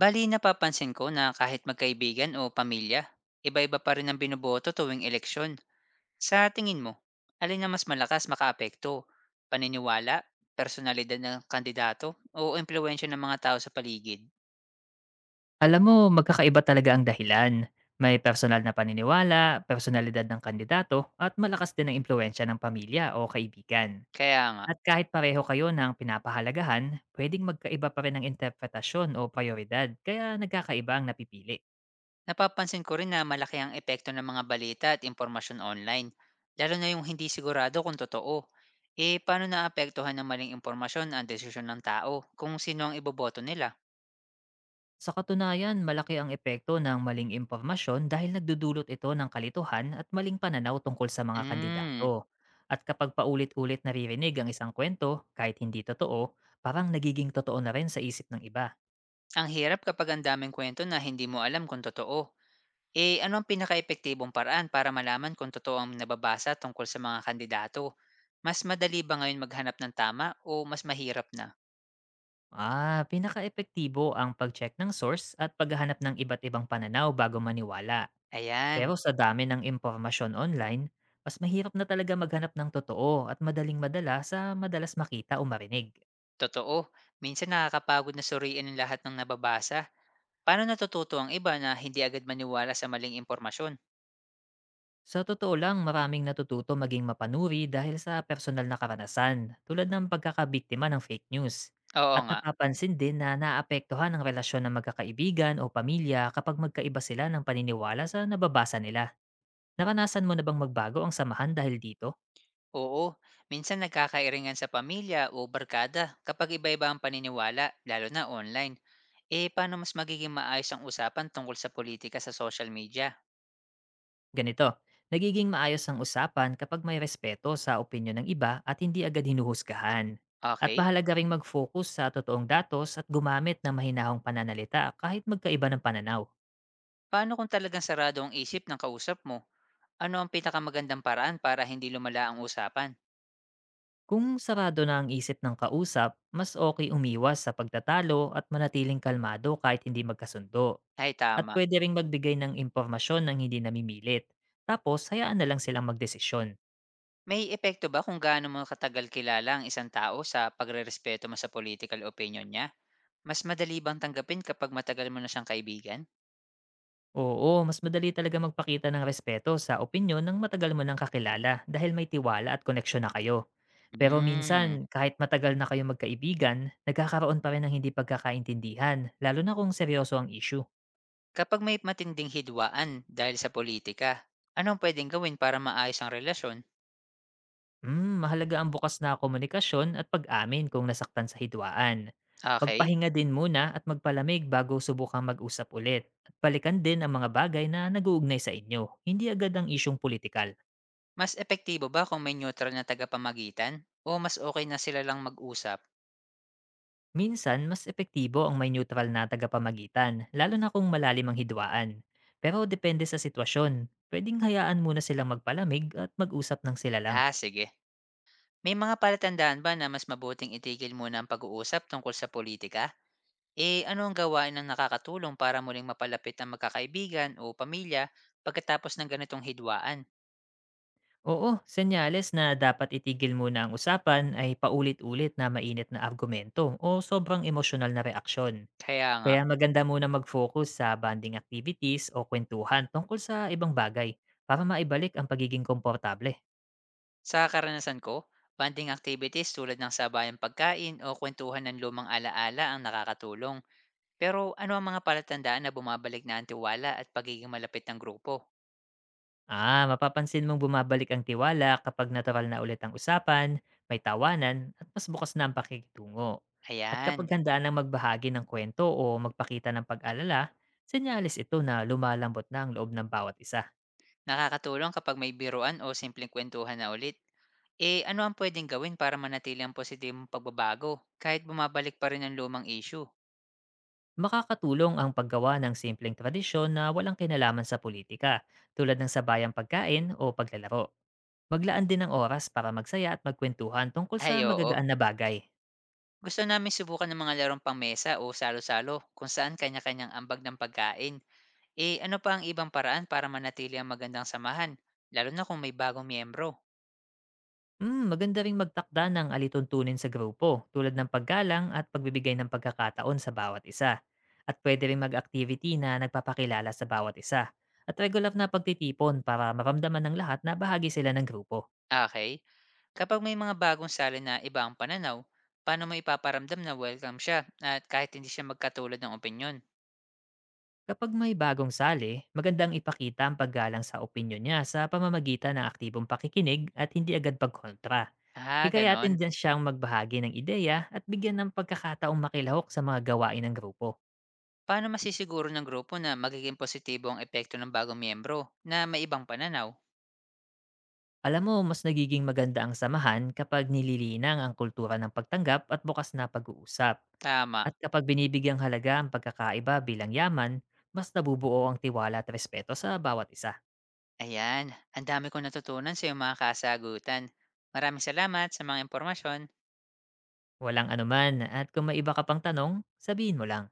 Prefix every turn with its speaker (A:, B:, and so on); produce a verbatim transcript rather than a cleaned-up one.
A: Bali, napapansin ko na kahit magkaibigan o pamilya, iba-iba pa rin ang binoboto tuwing eleksyon. Sa tingin mo, alin na mas malakas makaapekto? Paniniwala, personalidad ng kandidato, o impluensya ng mga tao sa paligid?
B: Alam mo, magkakaiba talaga ang dahilan. May personal na paniniwala, personalidad ng kandidato, at malakas din ang impluensya ng pamilya o kaibigan.
A: Kaya nga,
B: At kahit pareho kayo ng pinapahalagahan, pwedeng magkaiba pa rin ang interpretasyon o prioridad, kaya nagkakaiba ang napipili.
A: napapansin ko rin na malaki ang epekto ng mga balita at impormasyon online, lalo na yung hindi sigurado kung totoo. Eh, paano naapektuhan ng maling impormasyon ang desisyon ng tao kung sino ang iboboto nila?
B: Sa katunayan, malaki ang epekto ng maling impormasyon dahil nagdudulot ito ng kalituhan at maling pananaw tungkol sa mga
A: Hmm.
B: kandidato. At kapag paulit-ulit naririnig ang isang kwento, kahit hindi totoo, parang nagiging totoo na rin sa isip ng iba.
A: Ang hirap kapag ang daming kwento na hindi mo alam kung totoo. Eh, ano ang pinakaepektibong paraan para malaman kung totoo ang nababasa tungkol sa mga kandidato? Mas madali ba ngayon maghanap ng tama o mas mahirap na?
B: Ah, epektibo ang pag-check ng source at paghahanap ng iba't ibang pananaw bago maniwala.
A: Ayan,
B: Pero sa dami ng impormasyon online, mas mahirap na talaga maghanap ng totoo at madaling madala sa madalas makita o marinig.
A: totoo. Minsan nakakapagod na suriin ang lahat ng nababasa. Paano natututo ang iba na hindi agad maniwala sa maling impormasyon?
B: Sa totoo lang, maraming natututo maging mapanuri dahil sa personal na karanasan, tulad ng pagkakabiktima ng fake news.
A: Oo
B: At
A: nga,
B: napapansin din na naapektuhan ang relasyon ng magkakaibigan o pamilya kapag magkaiba sila ng paniniwala sa nababasa nila. Naranasan mo na bang magbago ang samahan dahil dito?
A: oo. Minsan nagkakairingan sa pamilya o barkada kapag iba-iba ang paniniwala, lalo na online. Eh, paano mas magiging maayos ang usapan tungkol sa politika sa social media?
B: Ganito, nagiging maayos ang usapan kapag may respeto sa opinyon ng iba at hindi agad hinuhusgahan. At
A: Okay.
B: mahalaga ring mag-focus sa totoong datos at gumamit ng mahinahong pananalita kahit magkaiba ng pananaw.
A: Paano kung talagang sarado ang isip ng kausap mo? Ano ang pinakamagandang paraan para hindi lumala ang usapan?
B: Kung sarado na ang isip ng kausap, mas okay umiwas sa pagtatalo at manatiling kalmado kahit hindi magkasundo.
A: Ay,
B: At
A: tama.
B: pwede ring magbigay ng impormasyon ng hindi namimilit. Tapos, hayaan na lang silang magdesisyon.
A: May epekto ba kung gaano mo katagal kilala ang isang tao sa pagrerespeto mo sa political opinion niya? Mas madali bang tanggapin kapag matagal mo na siyang kaibigan?
B: Oo, mas madali talaga magpakita ng respeto sa opinyon ng matagal mo nang kakilala dahil may tiwala at koneksyon na kayo. Pero
A: Hmm.
B: minsan, kahit matagal na kayo magkaibigan, nagkakaroon pa rin ng hindi pagkakaintindihan, lalo na kung seryoso ang issue.
A: Kapag may matinding hidwaan dahil sa politika, anong pwedeng gawin para maayos ang relasyon?
B: Hmm, mahalaga ang bukas na komunikasyon at pag-amin kung nasaktan sa hidwaan.
A: Okay.
B: Magpahinga din muna at magpalamig bago subukang mag-usap ulit. At balikan din ang mga bagay na nag-uugnay sa inyo, hindi agad ang isyong politikal.
A: Mas epektibo ba kung may neutral na tagapamagitan? O mas okay na sila lang mag-usap?
B: Minsan, mas epektibo ang may neutral na tagapamagitan, lalo na kung malalim ang hidwaan. Pero depende sa sitwasyon. Pwedeng hayaan muna silang magpalamig at mag-usap ng sila lang.
A: Ah, sige. May mga palatandaan ba na mas mabuting itigil muna ang pag-uusap tungkol sa politika? Eh, ano ang gawain ang nakakatulong para muling mapalapit ang magkakaibigan o pamilya pagkatapos ng ganitong hidwaan?
B: Oo, senyales na dapat itigil muna ang usapan ay paulit-ulit na mainit na argumento o sobrang emosyonal na reaksyon.
A: Kaya nga,
B: Kaya maganda muna mag-focus sa bonding activities o kwentuhan tungkol sa ibang bagay para maibalik ang pagiging komportable.
A: sa karanasan ko, bonding activities tulad ng sabayang pagkain o kuwentuhan ng lumang alaala ang nakakatulong. Pero ano ang mga palatandaan na bumabalik na ang tiwala at pagiging malapit ng grupo?
B: Ah, mapapansin mong bumabalik ang tiwala kapag natural na ulit ang usapan, may tawanan, at mas bukas na ang pakikitungo. At kapag
A: Ayan.
B: handaan ng magbahagi ng kwento o magpakita ng pag-alala, senyales ito na lumalambot na ang loob ng bawat isa.
A: Nakakatulong kapag may biruan o simpleng kwentuhan na ulit. Eh, ano ang pwedeng gawin para manatili ang positibong pagbabago kahit bumabalik pa rin ang lumang issue?
B: Makakatulong ang paggawa ng simpleng tradisyon na walang kinalaman sa politika, tulad ng sabayang pagkain o paglalaro. Maglaan din ng oras para magsaya at magkwentuhan tungkol sa
A: Ay, oo,
B: magagaang na bagay.
A: gusto namin subukan ng mga larong pangmesa o salo-salo kung saan kanya-kanyang ambag ng pagkain. Eh, ano pa ang ibang paraan para manatili ang magandang samahan, lalo na kung may bagong miyembro?
B: Hmm, maganda ring magtakda ng alituntunin sa grupo, tulad ng paggalang at pagbibigay ng pagkakataon sa bawat isa. At pwede rin mag-activity na nagpapakilala sa bawat isa. At regular na pagtitipon para maramdaman ng lahat na bahagi sila ng grupo.
A: Okay, kapag may mga bagong sali na iba ang pananaw, paano mo ipaparamdam na welcome siya at kahit hindi siya magkatulad ng opinyon?
B: Kapag may bagong sali, magandang ipakita ang paggalang sa opinyon niya sa pamamagitan ng aktibong pakikinig at hindi agad pagkontra.
A: Ah,
B: Hikayatin
A: ganon.
B: din siyang magbahagi ng ideya at bigyan ng pagkakataong makilahok sa mga gawain ng grupo.
A: Paano masisiguro ng grupo na magiging positibo ang epekto ng bagong miyembro na may ibang pananaw?
B: Alam mo, mas nagiging maganda ang samahan kapag nililinang ang kultura ng pagtanggap at bukas na pag-uusap.
A: Tama.
B: At kapag binibigyang halaga ang pagkakaiba bilang yaman, mas nabubuo ang tiwala at respeto sa bawat isa.
A: Ayan, ang dami kong natutunan sa iyong mga kasagutan. Maraming salamat sa mga impormasyon.
B: Walang anuman at kung may iba ka pang tanong, sabihin mo lang.